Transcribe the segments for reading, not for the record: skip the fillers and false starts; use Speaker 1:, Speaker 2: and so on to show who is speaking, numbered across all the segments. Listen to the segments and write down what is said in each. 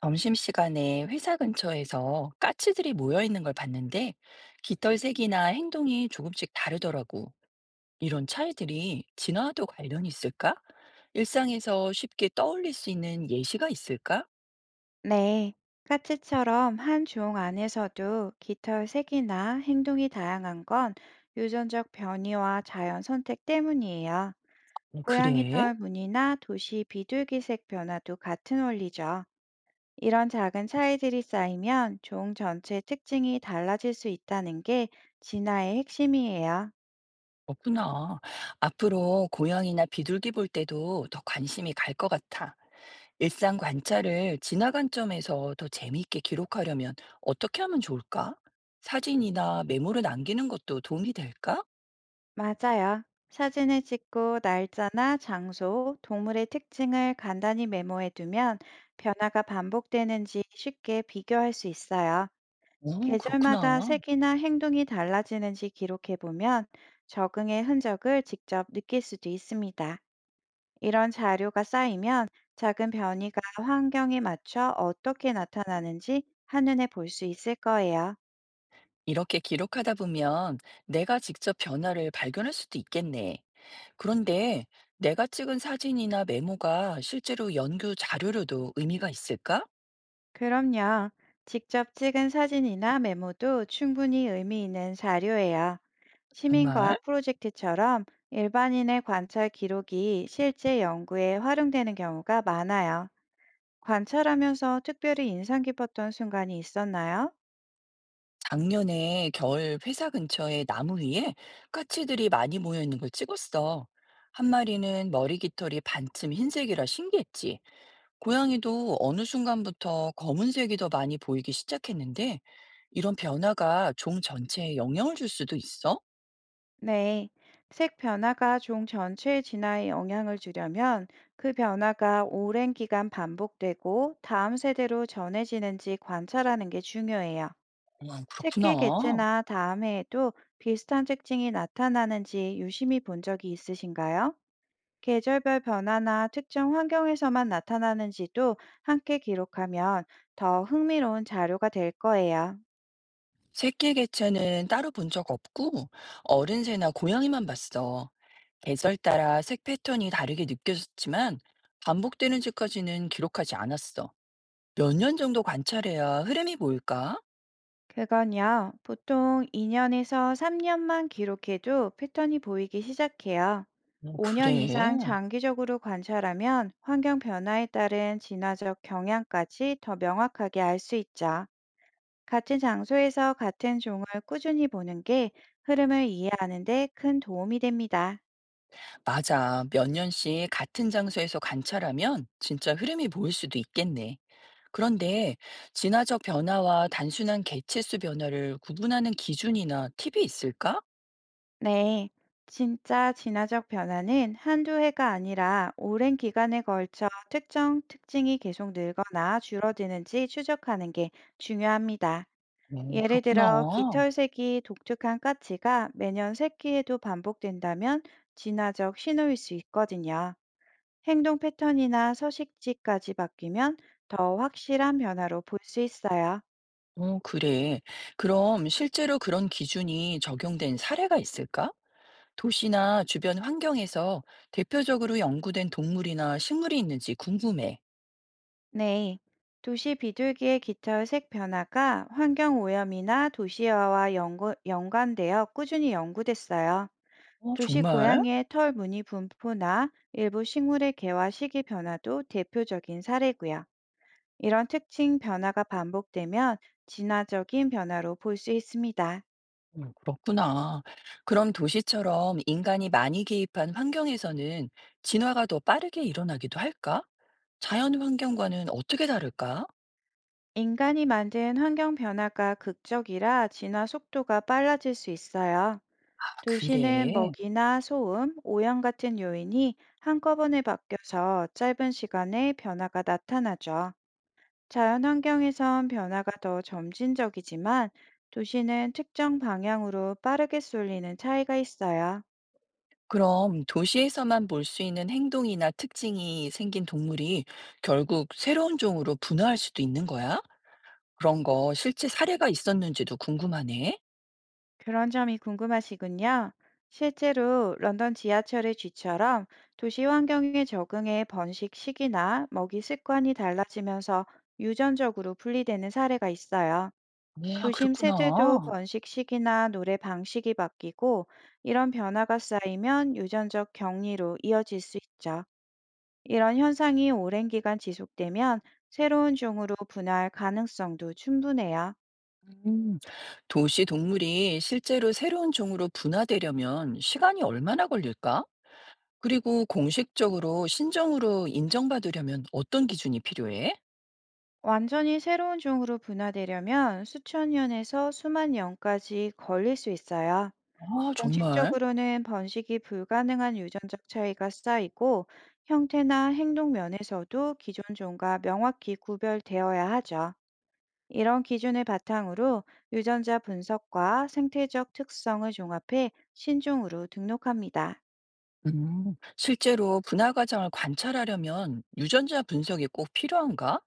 Speaker 1: 점심시간에 회사 근처에서 까치들이 모여 있는 걸 봤는데 깃털색이나 행동이 조금씩 다르더라고. 이런 차이들이 진화와도 관련이 있을까? 일상에서 쉽게 떠올릴 수 있는 예시가 있을까?
Speaker 2: 네, 까치처럼 한 종 안에서도 깃털 색이나 행동이 다양한 건 유전적 변이와 자연 선택 때문이에요.
Speaker 1: 어,
Speaker 2: 고양이
Speaker 1: 그래?
Speaker 2: 털 무늬나 도시 비둘기색 변화도 같은 원리죠. 이런 작은 차이들이 쌓이면 종 전체 특징이 달라질 수 있다는 게 진화의 핵심이에요.
Speaker 1: 없구나. 앞으로 고양이나 비둘기 볼 때도 더 관심이 갈 것 같아. 일상 관찰을 진화 관점에서 더 재미있게 기록하려면 어떻게 하면 좋을까? 사진이나 메모를 남기는 것도 도움이 될까?
Speaker 2: 맞아요. 사진을 찍고 날짜나 장소, 동물의 특징을 간단히 메모해 두면 변화가 반복되는지 쉽게 비교할 수 있어요.
Speaker 1: 오, 그렇구나.
Speaker 2: 계절마다 색이나 행동이 달라지는지 기록해 보면 적응의 흔적을 직접 느낄 수도 있습니다. 이런 자료가 쌓이면 작은 변이가 환경에 맞춰 어떻게 나타나는지 한눈에 볼 수 있을 거예요.
Speaker 1: 이렇게 기록하다 보면 내가 직접 변화를 발견할 수도 있겠네. 그런데 내가 찍은 사진이나 메모가 실제로 연구 자료로도 의미가 있을까?
Speaker 2: 그럼요. 직접 찍은 사진이나 메모도 충분히 의미 있는 자료예요. 시민과학
Speaker 1: 정말?
Speaker 2: 프로젝트처럼 일반인의 관찰 기록이 실제 연구에 활용되는 경우가 많아요. 관찰하면서 특별히 인상 깊었던 순간이 있었나요?
Speaker 1: 작년에 겨울 회사 근처의 나무 위에 까치들이 많이 모여 있는 걸 찍었어. 한 마리는 머리 깃털이 반쯤 흰색이라 신기했지. 고양이도 어느 순간부터 검은색이 더 많이 보이기 시작했는데, 이런 변화가 종 전체에 영향을 줄 수도 있어?
Speaker 2: 네. 색 변화가 종 전체의 진화에 영향을 주려면 그 변화가 오랜 기간 반복되고 다음 세대로 전해지는지 관찰하는 게 중요해요.
Speaker 1: 아 그렇구나.
Speaker 2: 새끼 개체나 다음해에도 비슷한 특징이 나타나는지 유심히 본 적이 있으신가요? 계절별 변화나 특정 환경에서만 나타나는지도 함께 기록하면 더 흥미로운 자료가 될 거예요.
Speaker 1: 새끼 개체는 따로 본 적 없고, 어른 새나 고양이만 봤어. 계절 따라 색 패턴이 다르게 느껴졌지만, 반복되는지까지는 기록하지 않았어. 몇 년 정도 관찰해야 흐름이 보일까?
Speaker 2: 그건요, 보통 2년에서 3년만 기록해도 패턴이 보이기 시작해요. 5년
Speaker 1: 그래.
Speaker 2: 이상 장기적으로 관찰하면 환경 변화에 따른 진화적 경향까지 더 명확하게 알 수 있죠. 같은 장소에서 같은 종을 꾸준히 보는 게 흐름을 이해하는 데 큰 도움이 됩니다.
Speaker 1: 맞아. 몇 년씩 같은 장소에서 관찰하면 진짜 흐름이 보일 수도 있겠네. 그런데 진화적 변화와 단순한 개체수 변화를 구분하는 기준이나 팁이 있을까?
Speaker 2: 네. 진짜 진화적 변화는 한두 해가 아니라 오랜 기간에 걸쳐 특정 특징이 계속 늘거나 줄어드는지 추적하는 게 중요합니다.
Speaker 1: 어,
Speaker 2: 예를
Speaker 1: 그렇구나.
Speaker 2: 들어 깃털색이 독특한 까치가 매년 새끼에도 반복된다면 진화적 신호일 수 있거든요. 행동 패턴이나 서식지까지 바뀌면 더 확실한 변화로 볼 수 있어요.
Speaker 1: 어, 그래. 그럼 실제로 그런 기준이 적용된 사례가 있을까? 도시나 주변 환경에서 대표적으로 연구된 동물이나 식물이 있는지 궁금해.
Speaker 2: 네. 도시 비둘기의 깃털 색 변화가 환경 오염이나 도시화와 연구, 연관되어 꾸준히 연구됐어요.
Speaker 1: 어,
Speaker 2: 도시
Speaker 1: 정말?
Speaker 2: 고양이의 털 무늬 분포나 일부 식물의 개화 시기 변화도 대표적인 사례고요. 이런 특징 변화가 반복되면 진화적인 변화로 볼 수 있습니다.
Speaker 1: 그렇구나. 그럼 도시처럼 인간이 많이 개입한 환경에서는 진화가 더 빠르게 일어나기도 할까? 자연 환경과는 어떻게 다를까?
Speaker 2: 인간이 만든 환경 변화가 극적이라 진화 속도가 빨라질 수 있어요. 도시는
Speaker 1: 그래.
Speaker 2: 먹이나 소음, 오염 같은 요인이 한꺼번에 바뀌어서 짧은 시간에 변화가 나타나죠. 자연 환경에선 변화가 더 점진적이지만 도시는 특정 방향으로 빠르게 쏠리는 차이가 있어요.
Speaker 1: 그럼 도시에서만 볼 수 있는 행동이나 특징이 생긴 동물이 결국 새로운 종으로 분화할 수도 있는 거야? 그런 거 실제 사례가 있었는지도 궁금하네.
Speaker 2: 그런 점이 궁금하시군요. 실제로 런던 지하철의 쥐처럼 도시 환경에 적응해 번식식이나 먹이 습관이 달라지면서 유전적으로 분리되는 사례가 있어요.
Speaker 1: 아,
Speaker 2: 도심 새들도
Speaker 1: 그렇구나.
Speaker 2: 번식식이나 노래 방식이 바뀌고 이런 변화가 쌓이면 유전적 격리로 이어질 수 있죠. 이런 현상이 오랜 기간 지속되면 새로운 종으로 분할 가능성도 충분해요.
Speaker 1: 음, 도시 동물이 실제로 새로운 종으로 분화되려면 시간이 얼마나 걸릴까? 그리고 공식적으로 신종으로 인정받으려면 어떤 기준이 필요해?
Speaker 2: 완전히 새로운 종으로 분화되려면 수천 년에서 수만 년까지 걸릴 수 있어요.
Speaker 1: 아, 정말?
Speaker 2: 공식적으로는 번식이 불가능한 유전적 차이가 쌓이고 형태나 행동 면에서도 기존 종과 명확히 구별되어야 하죠. 이런 기준을 바탕으로 유전자 분석과 생태적 특성을 종합해 신종으로 등록합니다.
Speaker 1: 실제로 분화 과정을 관찰하려면 유전자 분석이 꼭 필요한가?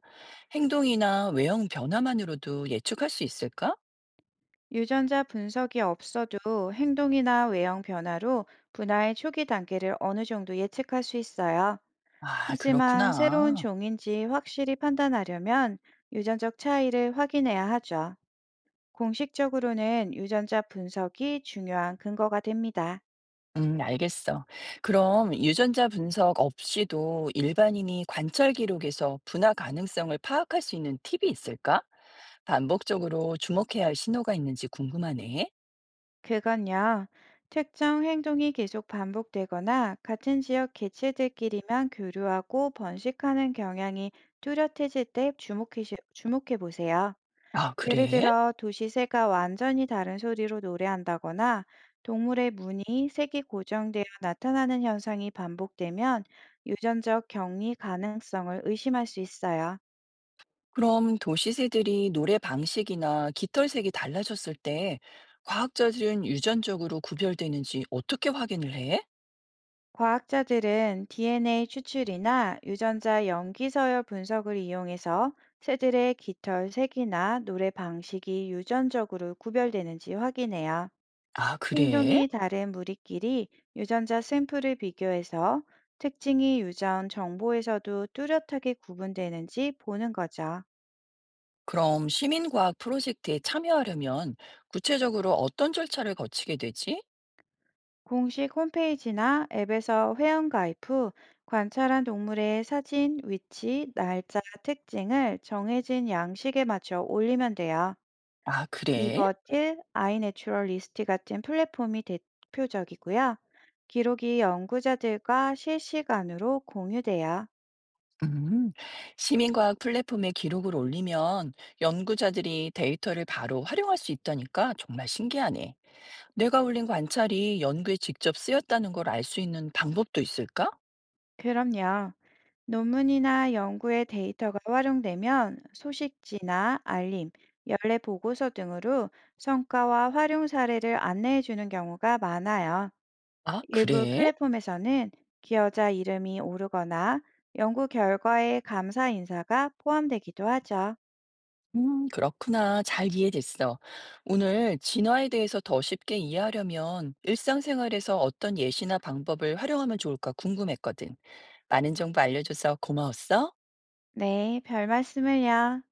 Speaker 1: 행동이나 외형 변화만으로도 예측할 수 있을까?
Speaker 2: 유전자 분석이 없어도 행동이나 외형 변화로 분화의 초기 단계를 어느 정도 예측할 수 있어요.
Speaker 1: 아,
Speaker 2: 하지만 새로운
Speaker 1: 그렇구나.
Speaker 2: 종인지 확실히 판단하려면 유전적 차이를 확인해야 하죠. 공식적으로는 유전자 분석이 중요한 근거가 됩니다.
Speaker 1: 알겠어. 그럼 유전자 분석 없이도 일반인이 관찰 기록에서 분화 가능성을 파악할 수 있는 팁이 있을까? 반복적으로 주목해야 할 신호가 있는지 궁금하네.
Speaker 2: 그건요, 특정 행동이 계속 반복되거나 같은 지역 개체들끼리만 교류하고 번식하는 경향이 뚜렷해질 때 주목해 보세요.
Speaker 1: 아,
Speaker 2: 예를
Speaker 1: 그래?
Speaker 2: 들어 도시 새가 완전히 다른 소리로 노래한다거나 동물의 문이 색이 고정되어 나타나는 현상이 반복되면 유전적 격리 가능성을 의심할 수 있어요.
Speaker 1: 그럼 도시새들이 노래 방식이나 깃털색이 달라졌을 때 과학자들은 유전적으로 구별되는지 어떻게 확인을 해?
Speaker 2: 과학자들은 DNA 추출이나 유전자 염기 서열 분석을 이용해서 새들의 깃털 색이나 노래 방식이 유전적으로 구별되는지 확인해요.
Speaker 1: 아, 그래?
Speaker 2: 행동이 다른 무리끼리 유전자 샘플을 비교해서 특징이 유전 정보에서도 뚜렷하게 구분되는지 보는 거죠.
Speaker 1: 그럼 시민과학 프로젝트에 참여하려면 구체적으로 어떤 절차를 거치게 되지?
Speaker 2: 공식 홈페이지나 앱에서 회원 가입 후 관찰한 동물의 사진, 위치, 날짜, 특징을 정해진 양식에 맞춰 올리면 돼요.
Speaker 1: 아, 그래?
Speaker 2: 이버틸, 아이내추럴리스트 같은 플랫폼이 대표적이고요. 기록이 연구자들과 실시간으로 공유돼요.
Speaker 1: 음, 시민과학 플랫폼에 기록을 올리면 연구자들이 데이터를 바로 활용할 수 있다니까 정말 신기하네. 내가 올린 관찰이 연구에 직접 쓰였다는 걸 알 수 있는 방법도 있을까?
Speaker 2: 그럼요. 논문이나 연구의 데이터가 활용되면 소식지나 알림, 연례 보고서 등으로 성과와 활용 사례를 안내해 주는 경우가 많아요.
Speaker 1: 아,
Speaker 2: 일부
Speaker 1: 그래?
Speaker 2: 플랫폼에서는 기여자 이름이 오르거나 연구 결과에 감사 인사가 포함되기도 하죠.
Speaker 1: 그렇구나. 잘 이해됐어. 오늘 진화에 대해서 더 쉽게 이해하려면 일상생활에서 어떤 예시나 방법을 활용하면 좋을까 궁금했거든. 많은 정보 알려줘서 고마웠어.
Speaker 2: 네, 별 말씀을요.